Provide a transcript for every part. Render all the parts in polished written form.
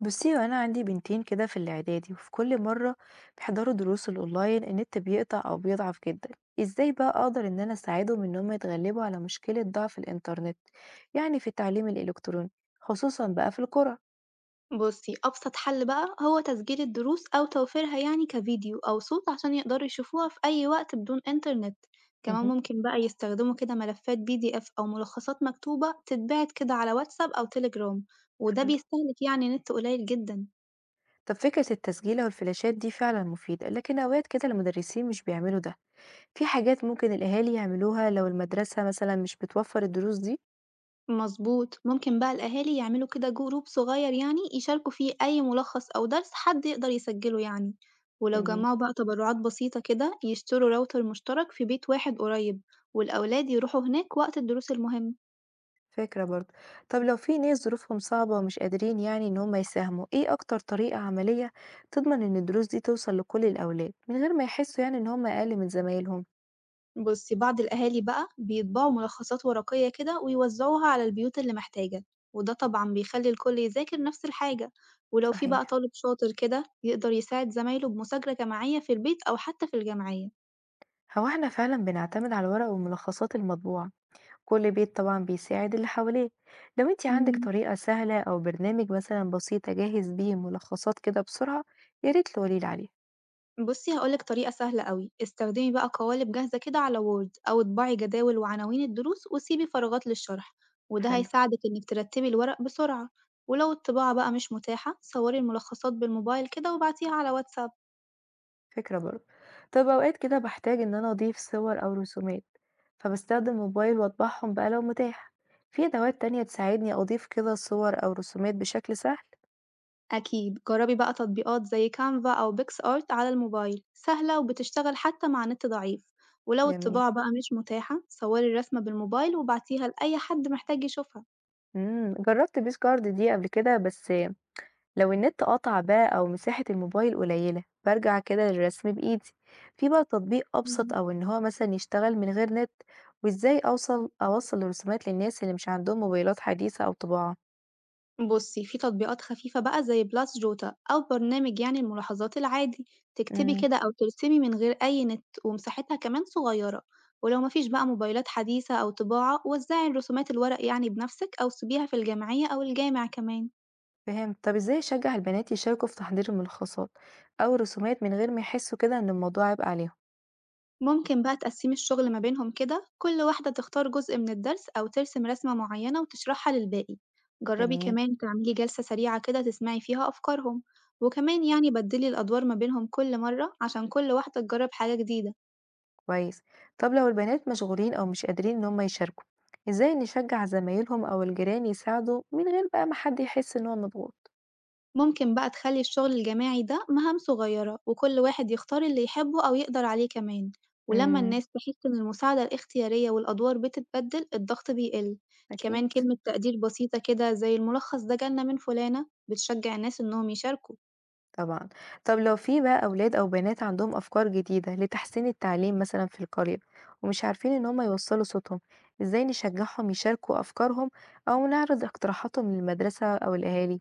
بُصّي، هو أنا عندي بنتين كده في الإعدادي، وفي كل مرة بيحضروا دروس الأونلاين النت بيقطع أو بيضعف جدًا، إزاي بقى أقدر إن أنا أساعدهم إن هم يتغلبوا على مشكلة ضعف الإنترنت، يعني في التعليم الإلكتروني، خصوصًا بقى في القرى؟ بُصّي، أبسط حل بقى هو تسجيل الدروس أو توفيرها يعني كفيديو أو صوت عشان يقدروا يشوفوها في أي وقت بدون إنترنت، كمان اهم. ممكن بقى يستخدموا كده ملفات PDF أو ملخصات مكتوبة تتبعت كده على واتساب أو تليجرام، وده حلو. بيستهلك يعني نت قليل جدًا. طب فكرة التسجيل أو الفلاشات دي فعلًا مفيدة، لكن أوقات كده المدرسين مش بيعملوا ده، في حاجات ممكن الأهالي يعملوها لو المدرسة مثلًا مش بتوفر الدروس دي؟ مضبوط، ممكن بقى الأهالي يعملوا كده جروب صغير يعني يشاركوا فيه أي ملخص أو درس حد يقدر يسجله يعني، ولو جميل. جمعوا بقى تبرعات بسيطة كده يشتروا راوتر مشترك في بيت واحد قريب، والأولاد يروحوا هناك وقت الدروس المهمة. فكرة برضه. طب لو في ناس ظروفهم صعبة ومش قادرين يعني إن هم يساهموا، إيه أكتر طريقة عملية تضمن إن الدروس دي توصل لكل الأولاد من غير ما يحسوا يعني إن هم أقل من زمايلهم؟ بصي، بعض الأهالي بقى بيطبعوا ملخصات ورقية كده ويوزعوها على البيوت اللي محتاجة، وده طبعا بيخلي الكل يذاكر نفس الحاجة، ولو في بقى صحيح. طالب شاطر كده يقدر يساعد زمايله بمذاكرة جماعية في البيت أو حتى في الجمعية. هو احنا فعلا بنعتمد على الورق والملخصات المطبوعة، كل بيت طبعا بيساعد اللي حواليه. لو انتي عندك طريقة سهلة أو برنامج مثلا بسيط أجهز بيه ملخصات كده بسرعة يا ريت تقوليلي عليه. بُصّي، هاقول لِك طريقة سهلة أوي، استخدمي بقى قوالب جاهزة كده على Word، أو اطبعي جداول وعناوين الدروس وسيبي فراغات للشرح، وده حلو. هيساعدك إنِك ترتبي الورق بسرعة، ولو الطباعة بقى مش متاحة صوري الملخصات بالموبايل كده وابعتيها على واتساب. فكرة برضه. طب أوقات كده باحتاج إن أنا أضيف صور أو رسومات، فباستخدم موبايل وأطبعهم بقى لو متاح، في أدوات تانية تساعدني أضيف كده صور أو رسومات بشكل سهل؟ أكيد، جربي بقى تطبيقات زي Canva أو PicsArt على الموبايل، سهلة وبتشتغل حتى مع نت ضعيف، ولو جميل. الطباعة بقى مش متاحة صوري الرسمة بالموبايل وابعتيها لأي حد محتاج يشوفها. جربت بيس كارد دي قبل كده بس لو النت قطع بقى أو مساحة الموبايل قليلة، بارجع كده للرسم بإيدي، في بقى تطبيق أبسط أو إن هو مثلًا يشتغل من غير نت، وإزاي أوصّل الرسومات للناس اللي مش عندهم موبايلات حديثة أو طباعة؟ بُصّي، في تطبيقات خفيفة بقى زي Plus Jota أو برنامج يعني الملاحظات العادي، تكتبي إمم. كده أو ترسمي من غير أي نت، ومساحتها كمان صغيرة، ولو مفيش بقى موبايلات حديثة أو طباعة وزعي الرسومات الورق يعني بنفسِك، أو سيبيها في الجمعية أو الجامع كمان. فهمت. طب إزاي أشجّع البنات يشاركوا في تحضير الملخصات أو الرسومات من غير ما يحسّوا كده إن الموضوع عبء عليهم؟ ممكن بقى تقسمي الشغل ما بينهم كده، كل واحدة تختار جزء من الدرس أو ترسم رسمة معينة وتشرحها للباقي. جربي جميل، كمان تعملي جلسة سريعة كده تسمعي فيها أفكارهم، وكمان يعني بدلي الأدوار ما بينهم كل مرة عشان كل واحدة تجرب حاجة جديدة. كويس. طب لو البنات مشغولين أو مش قادرين إن هم يشاركوا، إزاي نشجّع زمايلهم أو الجيران يساعدوا من غير بقى ما حد يحس إن هو مضغوط؟ ممكن بقى تخلّي الشغل الجماعي ده مهام صغيّرة، وكل واحد يختار اللي يحبه أو يقدر عليه كمان، ولمّا إمم، الناس تحس إن المساعدة الاختيارية والأدوار بتتبدل الضغط بيقل. أكيد كمان كلمة تقدير بسيطة كده زي الملخص ده جالنا من فلانة بتشجع الناس إنهم يشاركوا. طبعًا. طب لو في بقى أولاد أو بنات عندهم أفكار جديدة لتحسين التعليم مثلًا في القرية ومش عارفين إن هم يوصّلوا صوتهم، إزاي نشجّعهم يشاركوا أفكارهم أو نعرض اقتراحاتهم للمدرسة أو الأهالي؟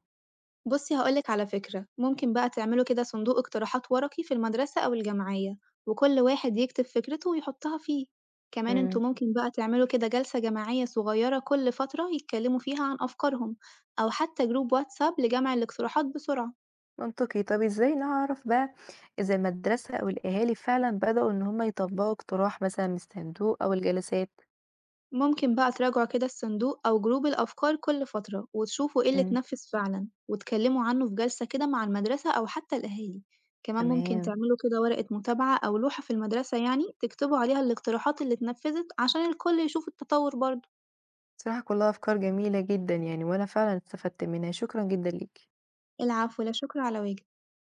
بُصّي، هاقول لِك على فكرة، ممكن بقى تعملوا كده صندوق اقتراحات ورقي في المدرسة أو الجمعية، وكل واحد يكتب فكرته ويحطها فيه، كمان إمم. أنتم ممكن بقى تعملوا كده جلسة جماعية صغيرة كل فترة يتكلموا فيها عن أفكارهم، أو حتى جروب واتساب لجمع الاقتراحات بسرعة. منطقي. طب إزاي نعرف بقى إذا المدرسة أو الأهالي فعلًا بدأوا إن هم يطبّقوا اقتراح مثلًا من الصندوق أو الجلسات؟ ممكن بقى تراجعوا كده الصندوق أو جروب الأفكار كل فترة وتشوفوا ايه اللي إمم، اتنفذ فعلا، وتكلموا عنه في جلسة كده مع المدرسة أو حتى الأهالي، كمان ممكن تمام. تعملوا كده ورقة متابعة أو لوحة في المدرسة يعني تكتبوا عليها الاقتراحات اللي اتنفذت عشان الكل يشوف التطور برضه. بصراحة كلّها أفكار جميلة جدًا يعني، وأنا فعلًا استفدت منها، شكرًا جدًا ليكِ. العفو، لا شكر على واجب.